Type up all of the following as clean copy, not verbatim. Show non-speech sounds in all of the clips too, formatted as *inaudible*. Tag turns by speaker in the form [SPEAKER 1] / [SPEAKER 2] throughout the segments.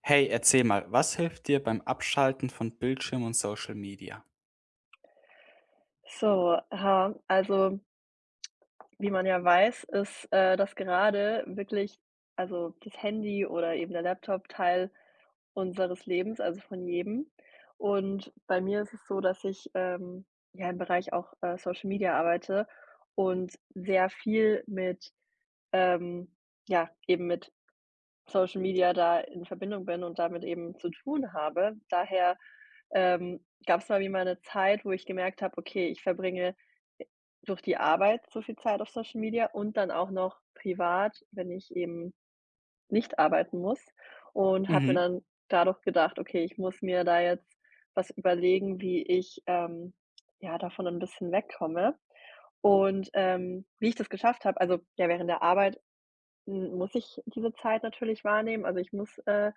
[SPEAKER 1] Hey, erzähl mal, was hilft dir beim Abschalten von Bildschirm und Social Media?
[SPEAKER 2] So, aha, also, wie man ja weiß, ist, das gerade wirklich also, das Handy oder eben der Laptop Teil unseres Lebens, also, von jedem. Und bei mir ist es so, dass ich, ja, im Bereich auch, Social Media arbeite und sehr viel mit, ähm ja, eben mit Social Media da in Verbindung bin und damit eben zu tun habe. Daher, gab es mal wie mal eine Zeit, wo ich gemerkt habe: „Okay, ich verbringe durch die Arbeit so viel Zeit auf Social Media und dann auch noch privat, wenn ich eben nicht arbeiten muss“, und habe
[SPEAKER 1] Mhm,
[SPEAKER 2] mir dann dadurch gedacht: „Okay, ich muss mir da jetzt was überlegen, wie ich, ja, davon ein bisschen wegkomme.“ Und, wie ich das geschafft habe also, ja, während der Arbeit m muss ich diese Zeit natürlich wahrnehmen. Also, ich muss,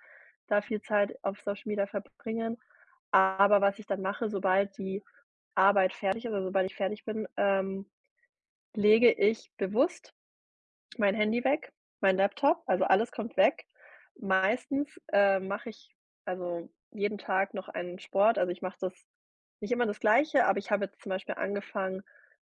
[SPEAKER 2] da viel Zeit auf Social Media verbringen. Aber was ich dann mache, sobald die Arbeit fertig ist, also sobald ich fertig bin, lege ich bewusst mein Handy weg, mein Laptop, also alles kommt weg. Meistens, mache ich also jeden Tag noch einen Sport. Also, ich mache das nicht immer das Gleiche, aber ich habe jetzt zum Beispiel angefangen,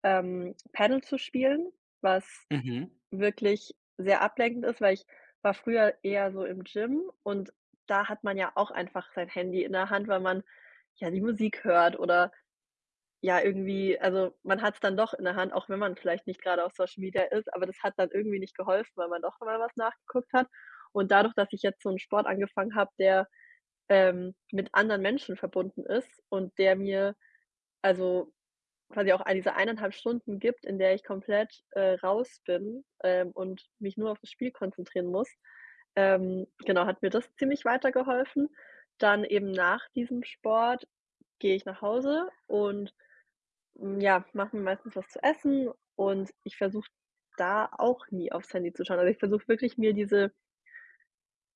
[SPEAKER 2] Paddle zu spielen, was
[SPEAKER 1] mhm,
[SPEAKER 2] wirklich sehr ablenkend ist, weil ich war früher eher so im Gym und da hat man ja auch einfach sein Handy in der Hand, weil man ja die Musik hört oder ja, irgendwie also, man hat es dann doch in der Hand, auch wenn man vielleicht nicht gerade auf Social Media ist, aber das hat dann irgendwie nicht geholfen, weil man doch mal was nachgeguckt hat. Und dadurch, dass ich jetzt so einen Sport angefangen habe, der, mit anderen Menschen verbunden ist und der mir also quasi auch all diese 1,5 Stunden gibt, in der ich komplett, raus bin, und mich nur auf das Spiel konzentrieren muss, genau, hat mir das ziemlich weitergeholfen. Dann eben nach diesem Sport gehe ich nach Hause und ja, mache mir meistens was zu essen und ich versuche da auch nie aufs Handy zu schauen. Also, ich versuche wirklich, mir diese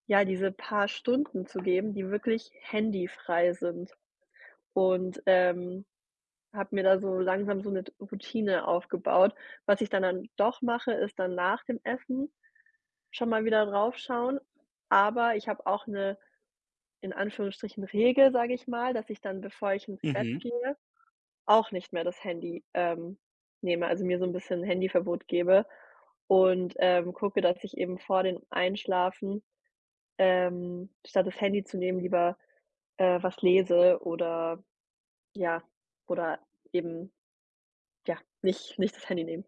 [SPEAKER 2] ja, diese paar Stunden zu geben, die wirklich handyfrei sind und, habe mir da so langsam so eine Routine aufgebaut. Was ich dann doch mache, ist dann nach dem Essen schon mal wieder draufschauen, aber ich habe auch eine in Anführungsstrichen Regel, sage ich mal, dass ich dann, bevor ich ins Bett
[SPEAKER 1] mhm.
[SPEAKER 2] gehe, auch nicht mehr das Handy, nehme, also mir so 'n bisschen Handyverbot gebe und, gucke, dass ich eben vor dem Einschlafen, statt das Handy zu nehmen, lieber, was lese oder ja, oder eben, ja, nicht das Handy nehmen.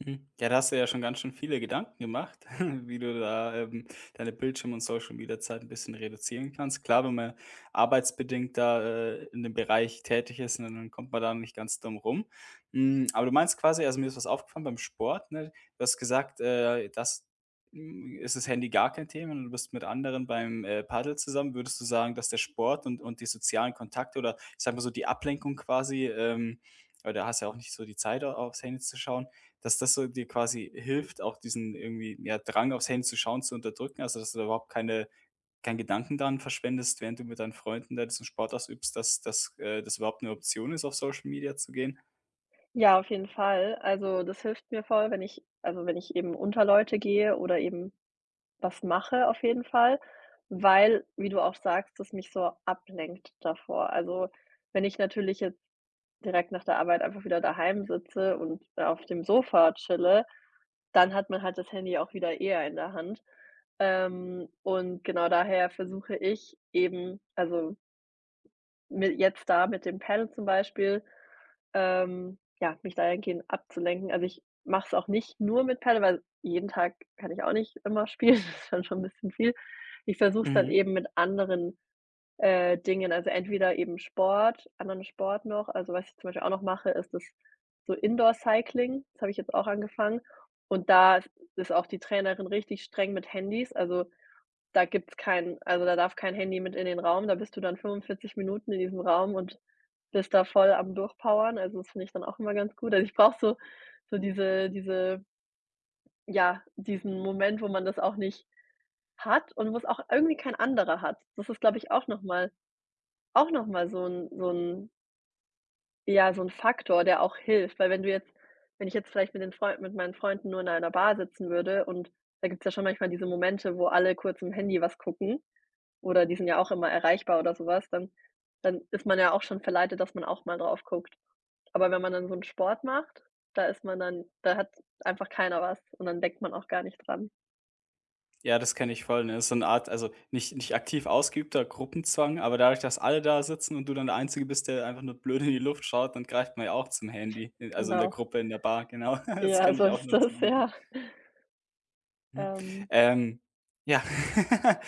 [SPEAKER 1] Mhm. Ja, da hast du ja schon ganz schön viele Gedanken gemacht, *laughs* wie du da, deine Bildschirm und Social Media Zeit ein bisschen reduzieren kannst. Klar, wenn man arbeitsbedingt da, in dem Bereich tätig ist, ne, dann kommt man da nicht ganz drum rum. Hm, aber du meinst quasi, also, mir ist was aufgefallen beim Sport, ne? Du hast gesagt, ist das Handy gar kein Thema und du bist mit anderen beim, Paddel zusammen. Würdest du sagen, dass der Sport und die sozialen Kontakte, oder ich sage mal so, die Ablenkung quasi, weil da hast du ja auch nicht so die Zeit, a aufs Handy zu schauen, dass das so dir quasi hilft, auch diesen irgendwie, ja, Drang aufs Handy zu schauen, zu unterdrücken, also, dass du da überhaupt keine keinen Gedanken daran verschwendest, während du mit deinen Freunden da diesen Sport ausübst, dass das überhaupt eine Option ist, auf Social Media zu gehen?
[SPEAKER 2] Ja, auf jeden Fall. Also, das hilft mir voll, wenn ich also, wenn ich eben unter Leute gehe oder eben was mache, auf jeden Fall, weil, wie du auch sagst, das mich so ablenkt davor. Also, wenn ich natürlich jetzt direkt nach der Arbeit einfach wieder daheim sitze und auf dem Sofa chille, dann hat man halt das Handy auch wieder eher in der Hand. Und genau daher versuche ich eben, also mi jetzt da mit dem Paddle zum Beispiel, ja, mich dahingehend abzulenken. Also, ich mache es auch nicht nur mit Paddle, weil jeden Tag kann ich auch nicht immer spielen, *laughs* das ist dann schon ein bisschen viel. Ich versuche es dann
[SPEAKER 1] Mhm.
[SPEAKER 2] eben mit anderen Dingen. Also entweder eben Sport, anderen Sport noch. Also was ich zum Beispiel auch noch mache, ist das so Indoor-Cycling. Das habe ich jetzt auch angefangen. Und da ist auch die Trainerin richtig streng mit Handys. Also da gibt's kein, also da darf kein Handy mit in den Raum. Da bist du dann 45 Minuten in diesem Raum und bist da voll am Durchpowern. Also das finde ich dann auch immer ganz gut. Also ich brauche so, so ja, diesen Moment, wo man das auch nicht hat und wo es auch irgendwie kein anderer hat. Das ist, glaube ich, auch nochmal auch noch mal so 'n ja, so 'n Faktor, der auch hilft, weil wenn ich jetzt vielleicht mit meinen Freunden nur in einer Bar sitzen würde und da gibt's ja schon manchmal diese Momente, wo alle kurz im Handy was gucken oder die sind ja auch immer erreichbar oder so was, dann ist man ja auch schon verleitet, dass man auch mal drauf guckt. Aber wenn man dann so 'n Sport macht, da ist man dann da hat einfach keiner was und dann denkt man auch gar nicht dran.
[SPEAKER 1] Ja, das kenne ich voll, ne? Das ist so eine Art, also, nicht aktiv ausgeübter Gruppenzwang, aber dadurch, dass alle da sitzen und du dann der Einzige bist, der einfach nur blöd in die Luft schaut, dann greift man ja auch zum Handy, in, also, in der
[SPEAKER 2] Genau.
[SPEAKER 1] Gruppe, in der Bar, genau. *laughs* Das
[SPEAKER 2] Ja,
[SPEAKER 1] kenne
[SPEAKER 2] so
[SPEAKER 1] ich auch
[SPEAKER 2] ist
[SPEAKER 1] nur zu
[SPEAKER 2] das,
[SPEAKER 1] gut.
[SPEAKER 2] ja.
[SPEAKER 1] Mhm.
[SPEAKER 2] Ähm.
[SPEAKER 1] Ähm, ja. *laughs*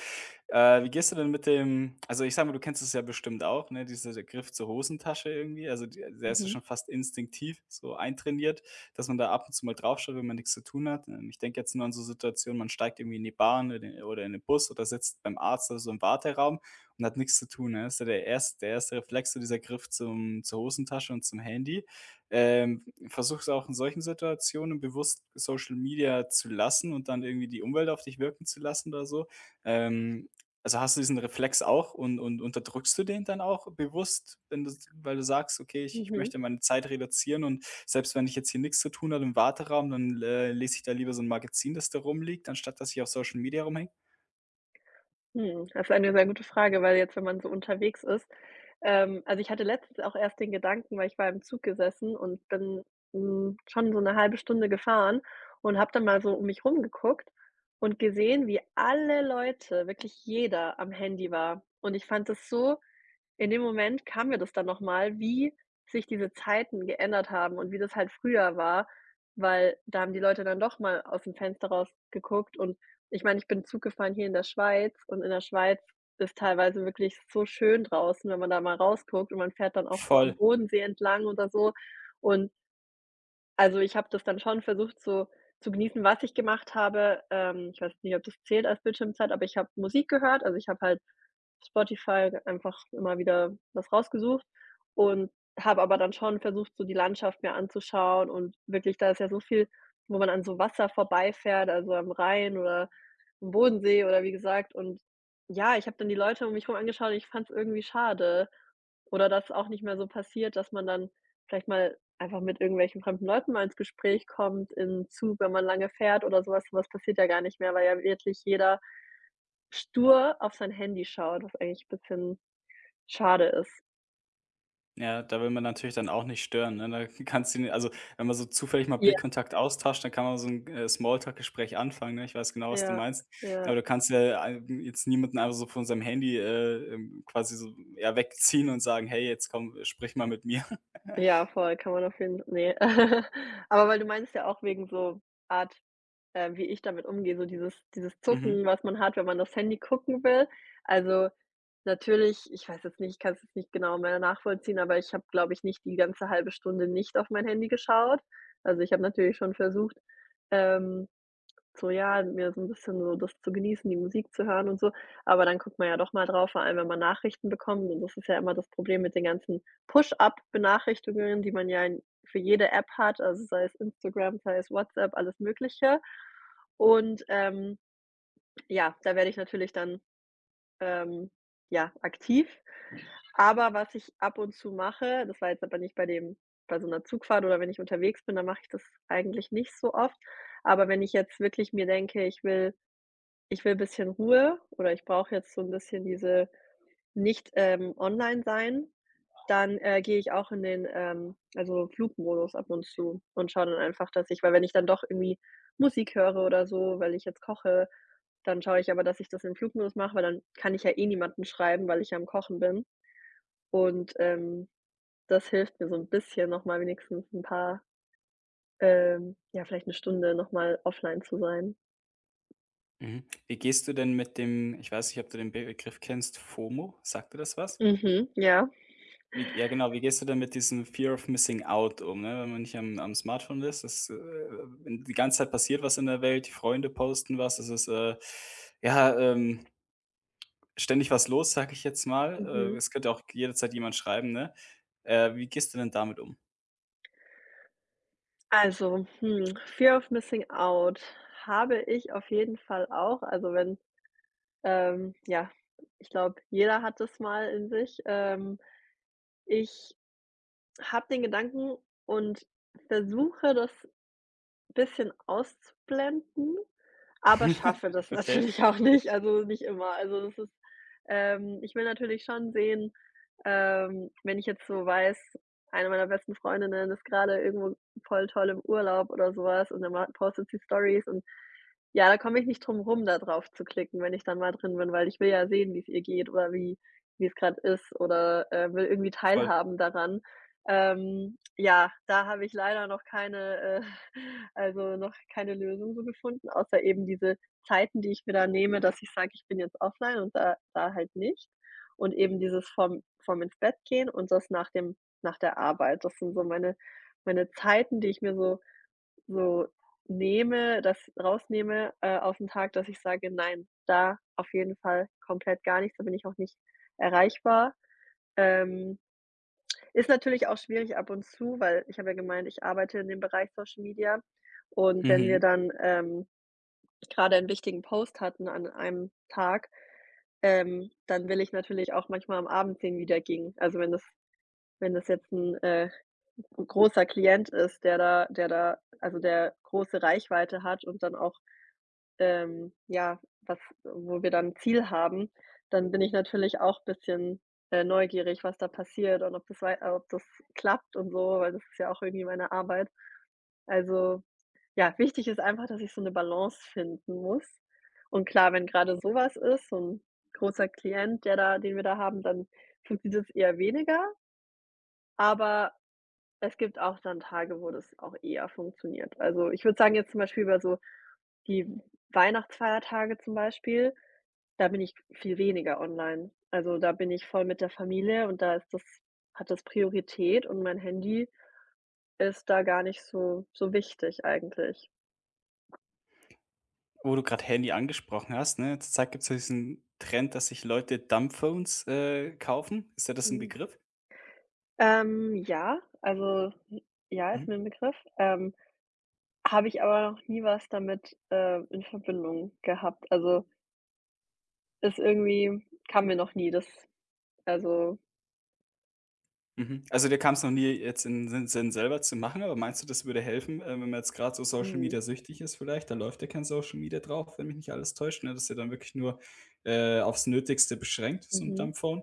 [SPEAKER 1] Wie gehst du denn mit dem, also, ich sage mal, du kennst es ja bestimmt auch, ne, dieser, der Griff zur Hosentasche irgendwie. Also, die der ist ja
[SPEAKER 2] Mhm.
[SPEAKER 1] schon fast instinktiv so eintrainiert, dass man da ab und zu mal draufschaut, wenn man nichts zu tun hat. Ich denke jetzt nur an so Situationen, man steigt irgendwie in die Bahn oder in 'nen Bus oder sitzt beim Arzt oder so im Warteraum und hat nichts zu tun, ne? Das ist ja der erste Reflex, so dieser Griff zum zur Hosentasche und zum Handy. Ähm, Versuche es auch in solchen Situationen bewusst, Social Media zu lassen und dann irgendwie die Umwelt auf dich wirken zu lassen oder so. Ähm, also hast du diesen Reflex auch und unterdrückst du den dann auch bewusst, wenn du, weil du sagst: „Okay, ich
[SPEAKER 2] Mhm.
[SPEAKER 1] möchte meine Zeit reduzieren und selbst wenn ich jetzt hier nichts zu tun habe im Warteraum, dann, lese ich da lieber so ein Magazin, das da rumliegt, anstatt dass ich auf Social Media rumhänge?“
[SPEAKER 2] Das ist eine sehr gute Frage, weil jetzt, wenn man so unterwegs ist, also, ich hatte letztens auch erst den Gedanken, weil ich war im Zug gesessen und bin, schon so eine halbe Stunde gefahren und habe dann mal so um mich rumgeguckt und gesehen, wie alle Leute, wirklich jeder am Handy war. Und ich fand das so in dem Moment kam mir das dann nochmal, wie sich diese Zeiten geändert haben und wie das halt früher war, weil da haben die Leute dann doch mal aus dem Fenster raus geguckt. Und ich meine, ich bin Zug gefahren hier in der Schweiz und in der Schweiz ist teilweise wirklich so schön draußen, wenn man da mal rausguckt und man fährt dann auch so am
[SPEAKER 1] Voll.
[SPEAKER 2] Bodensee entlang oder so. Und also, ich habe das dann schon versucht so zu genießen, was ich gemacht habe. Ich weiß nicht, ob das zählt als Bildschirmzeit, aber ich habe Musik gehört. Also, ich habe halt Spotify einfach immer wieder was rausgesucht und habe aber dann schon versucht, so die Landschaft mir anzuschauen, und wirklich, da ist ja so viel, wo man an so Wasser vorbeifährt, also am Rhein oder am Bodensee oder wie gesagt. Und ja, ich habe dann die Leute um mich herum angeschaut und ich fand es irgendwie schade. Oder dass auch nicht mehr so passiert, dass man dann vielleicht mal einfach mit irgendwelchen fremden Leuten mal ins Gespräch kommt im Zug, wenn man lange fährt oder so was. So was passiert ja gar nicht mehr, weil ja wirklich jeder stur auf sein Handy schaut, was eigentlich ein bisschen schade ist.
[SPEAKER 1] Ja, da will man natürlich dann auch nicht stören, ne? Da kannst du ihn, also, wenn man so zufällig mal
[SPEAKER 2] Ja,
[SPEAKER 1] Blickkontakt austauscht, dann kann man so ein Smalltalk-Gespräch anfangen, ne? Ich weiß genau, was du
[SPEAKER 2] ja,
[SPEAKER 1] meinst. Aber
[SPEAKER 2] ja.
[SPEAKER 1] du kannst ja ein jetzt niemanden einfach so von seinem Handy, quasi so, ja, wegziehen und sagen: „Hey, jetzt komm, sprich mal mit mir.“
[SPEAKER 2] Ja,
[SPEAKER 1] *laughs*
[SPEAKER 2] voll, kann man auf jeden Fall. Nee. *laughs* Aber weil du meintest ja auch wegen so Art, wie ich damit umgehe, so dieses
[SPEAKER 1] Mhm,
[SPEAKER 2] Zucken, was man hat, wenn man das Handy gucken will. Also, natürlich ich weiß jetzt nicht, ich kann es jetzt nicht genau mehr nachvollziehen, aber ich habe, glaube ich, nicht die ganze halbe Stunde nicht auf mein Handy geschaut. Also, ich habe natürlich schon versucht, ähm so, ja, mir so ein bisschen so das zu genießen, die Musik zu hören und so. Aber dann guckt man ja doch mal drauf, vor allem wenn man Nachrichten bekommt, und das ist ja immer das Problem mit den ganzen Push-Up-Benachrichtigungen, die man ja in für jede App hat, also sei es Instagram, sei es WhatsApp, alles Mögliche. Und, ja, da werde ich natürlich dann, ähm, ja, aktiv. Aber was ich ab und zu mache, das war jetzt aber nicht bei dem bei so einer Zugfahrt oder wenn ich unterwegs bin, dann mache ich das eigentlich nicht so oft. Aber wenn ich jetzt wirklich mir denke, ich will ein bisschen Ruhe oder ich brauche jetzt so ein bisschen diese nicht, online sein, dann, gehe ich auch in den, also, Flugmodus ab und zu und schaue dann einfach, dass ich weil wenn ich dann doch irgendwie Musik höre oder so, weil ich jetzt koche, dann schaue ich aber, dass ich das im Flugmodus mache, weil dann kann ich ja eh niemanden schreiben, weil ich ja am Kochen bin. Und, das hilft mir so ein bisschen noch mal wenigstens ein paar ja, vielleicht eine Stunde noch mal offline zu sein.
[SPEAKER 1] mhm. Wie gehst du denn mit dem, ich weiß nicht, ob du den Begriff kennst, FOMO? Sagt dir das was?
[SPEAKER 2] Mhm, ja.
[SPEAKER 1] Wie ja, genau, wie gehst du denn mit diesem Fear of Missing Out um, ne? Wenn man nicht am Smartphone ist, das, wenn die ganze Zeit passiert was in der Welt, die Freunde posten was, es ist, ja, ähm, ständig was los, sage ich jetzt mal.
[SPEAKER 2] Mhm.
[SPEAKER 1] Es könnte auch jederzeit jemand schreiben, ne? Wie gehst du denn damit um?
[SPEAKER 2] Also, Fear of Missing Out habe ich auf jeden Fall auch. Also, wenn ja, ich glaube, jeder hat das mal in sich. Ich habe den Gedanken und versuche, das bisschen auszublenden, aber schaffe
[SPEAKER 1] *laughs*
[SPEAKER 2] das *laughs*
[SPEAKER 1] Okay,
[SPEAKER 2] natürlich auch nicht, also nicht immer. Also, das ist ich will natürlich schon sehen, wenn ich jetzt so weiß, eine meiner besten Freundinnen ist gerade irgendwo voll toll im Urlaub oder sowas und dann ma postet sie Stories und ja, da komme ich nicht drum rum, da drauf zu klicken, wenn ich dann mal drin bin, weil ich will ja sehen, wie es ihr geht oder wie es gerade ist oder, will irgendwie
[SPEAKER 1] voll.
[SPEAKER 2] teilhaben daran. Ja, da habe ich leider noch keine, also, noch keine Lösung so gefunden, außer eben diese Zeiten, die ich mir da nehme, dass ich sage: „Ich bin jetzt offline“, und da da halt nicht. Und eben dieses vom ins Bett gehen und das nach der Arbeit. Das sind so meine Zeiten, die ich mir so nehme, das rausnehme, ausm Tag, dass ich sage: „Nein, da auf jeden Fall komplett gar nichts, da bin ich auch nicht erreichbar.“ Ähm, Ist natürlich auch schwierig ab und zu, weil ich habe ja gemeint, ich arbeite in dem Bereich Social Media und wenn wir
[SPEAKER 1] Mhm.
[SPEAKER 2] dann, grade 'n wichtigen Post hatten an einem Tag, dann will ich natürlich auch manchmal am Abend sehen, wie der ging. Also, wenn das jetzt ein großer Klient ist, der da also, der große Reichweite hat und dann auch ja, was wo wir dann 'n Ziel haben, dann bin ich natürlich auch bisschen, neugierig, was da passiert und ob das wei ob das klappt und so, weil das ist ja auch irgendwie meine Arbeit. Also, ja, wichtig ist einfach, dass ich so eine Balance finden muss. Und klar, wenn gerade sowas ist, so ein großer Klient, der da den wir da haben, dann funktioniert es eher weniger, aber es gibt auch dann Tage, wo das auch eher funktioniert. Also, ich würde sagen, jetzt zum Beispiel über so die Weihnachtsfeiertage zum Beispiel, da bin ich viel weniger online. Also, da bin ich voll mit der Familie und da ist das hat das Priorität und mein Handy ist da gar nicht so wichtig eigentlich.
[SPEAKER 1] Wo du gerade Handy angesprochen hast, ne? Zurzeit gibt es ja diesen Trend, dass sich Leute Dumbphones, kaufen. Ist dir das ein
[SPEAKER 2] Mhm.
[SPEAKER 1] Begriff?
[SPEAKER 2] Ja, also, ja, ist mir
[SPEAKER 1] Mhm.
[SPEAKER 2] ein Begriff. Habe ich aber noch nie was damit, in Verbindung gehabt. Also, ist irgendwie kam mir noch nie das also.
[SPEAKER 1] Mhm. Also, dir kam es noch nie jetzt in den Sinn, selber zu machen, aber meinst du, das würde helfen, wenn man jetzt gerade so Social
[SPEAKER 2] Mhm.
[SPEAKER 1] Media süchtig ist vielleicht? Da läuft ja kein Social Media drauf, wenn mich nicht alles täuscht, ne? Das ist ja dann wirklich nur, aufs Nötigste beschränkt, so 'n
[SPEAKER 2] Mhm.
[SPEAKER 1] Dumbphone.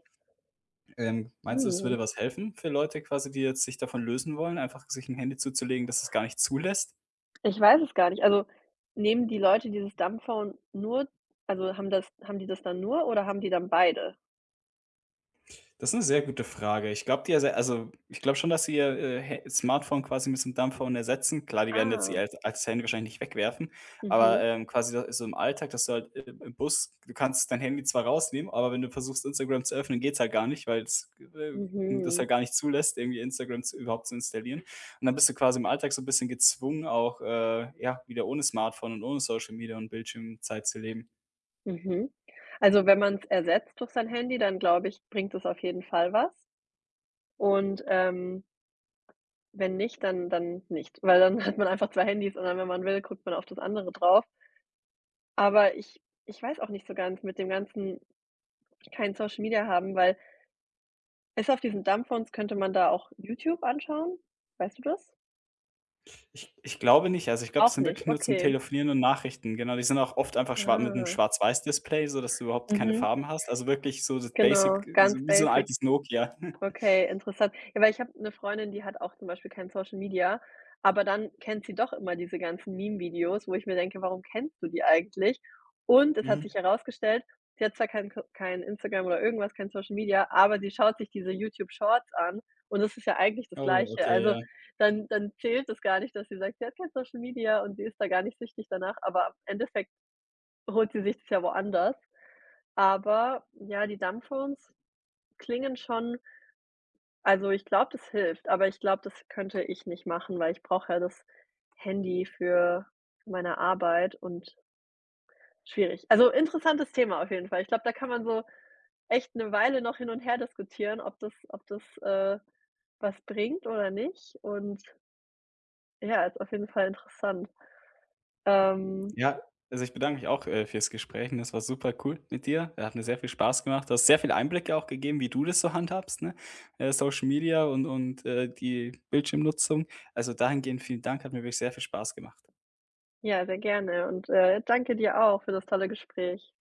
[SPEAKER 1] Meinst du, das
[SPEAKER 2] Hm.
[SPEAKER 1] würde was helfen für Leute quasi, die jetzt sich davon lösen wollen, einfach sich ein Handy zuzulegen, das es gar nicht zulässt?
[SPEAKER 2] Ich weiß es gar nicht. Also, nehmen die Leute dieses Dumbphone nur, also, haben die das dann nur oder haben die dann beide?
[SPEAKER 1] Das ist eine sehr gute Frage. Ich glaube, die erse also, ich glaube schon, dass sie ihr, Hä Smartphone quasi mit so 'nem Dumbphone ersetzen. Klar, die werden jetzt ihr
[SPEAKER 2] Ah.
[SPEAKER 1] als Handy wahrscheinlich nicht wegwerfen, aber,
[SPEAKER 2] Mhm.
[SPEAKER 1] quasi da so im Alltag, dass du halt im Bus, du kannst dein Handy zwar rausnehmen, aber wenn du versuchst, Instagram zu öffnen, geht's halt gar nicht, weil es, das
[SPEAKER 2] Mhm.
[SPEAKER 1] halt gar nicht zulässt, irgendwie Instagram zu überhaupt zu installieren. Und dann bist du quasi im Alltag so ein bisschen gezwungen, auch, ja, wieder ohne Smartphone und ohne Social Media und Bildschirmzeit zu leben.
[SPEAKER 2] Mhm. Also, wenn man es ersetzt durch sein Handy, dann glaube ich, bringt es auf jeden Fall was. Und, wenn nicht, dann nicht, weil dann *laughs* hat man einfach 2 Handys und dann, wenn man will, guckt man auf das andere drauf. Aber ich weiß auch nicht so ganz mit dem ganzen kein Social Media haben, weil ist auf diesen Dumbphones könnte man da auch YouTube anschauen? Weißt du das?
[SPEAKER 1] Ich glaube nicht. Also, ich glaube, das
[SPEAKER 2] Auch
[SPEAKER 1] sind wirklich
[SPEAKER 2] nicht,
[SPEAKER 1] nur zum
[SPEAKER 2] okay.
[SPEAKER 1] Telefonieren und Nachrichten. Genau, die sind auch oft einfach schwa mit einem
[SPEAKER 2] Ah,
[SPEAKER 1] Schwarz-Weiß-Display, sodass du überhaupt keine
[SPEAKER 2] mhm,
[SPEAKER 1] Farben hast. Also, wirklich so das Basic,
[SPEAKER 2] genau,
[SPEAKER 1] so
[SPEAKER 2] ganz
[SPEAKER 1] wie so ein
[SPEAKER 2] basic.
[SPEAKER 1] altes Nokia. *laughs*
[SPEAKER 2] Okay, interessant. Ja, weil ich habe eine Freundin, die hat auch zum Beispiel kein Social Media, aber dann kennt sie doch immer diese ganzen Meme-Videos, wo ich mir denke: „Warum kennst du die eigentlich?“ Und es hat
[SPEAKER 1] Mhm.
[SPEAKER 2] sich herausgestellt, sie hat zwar kein Instagram oder irgendwas, kein Social Media, aber sie schaut sich diese YouTube Shorts an und das ist ja eigentlich das
[SPEAKER 1] Oh,
[SPEAKER 2] Gleiche.
[SPEAKER 1] okay,
[SPEAKER 2] Also,
[SPEAKER 1] ja.
[SPEAKER 2] dann zählt es gar nicht, dass sie sagt, sie hat kein Social Media und sie ist da gar nicht süchtig danach, aber im Endeffekt holt sie sich das ja woanders. Aber ja, die Dumbphones klingen schon, also, ich glaube, das hilft, aber ich glaube, das könnte ich nicht machen, weil ich brauche ja das Handy für meine Arbeit und schwierig. Also, interessantes Thema auf jeden Fall. Ich glaube, da kann man so echt eine Weile noch hin und her diskutieren, ob das, was bringt oder nicht und ja, ist auf jeden Fall interessant. Ähm,
[SPEAKER 1] Ja, also, ich bedanke mich auch, fürs Gespräch, ne? Es war super cool mit dir. Hat mir sehr viel Spaß gemacht. Du hast sehr viele Einblicke auch gegeben, wie du das so handhabst, ne? Social Media und die Bildschirmnutzung. Also, dahingehend vielen Dank, hat mir wirklich sehr viel Spaß gemacht.
[SPEAKER 2] ja, sehr gerne und, danke dir auch für das tolle Gespräch.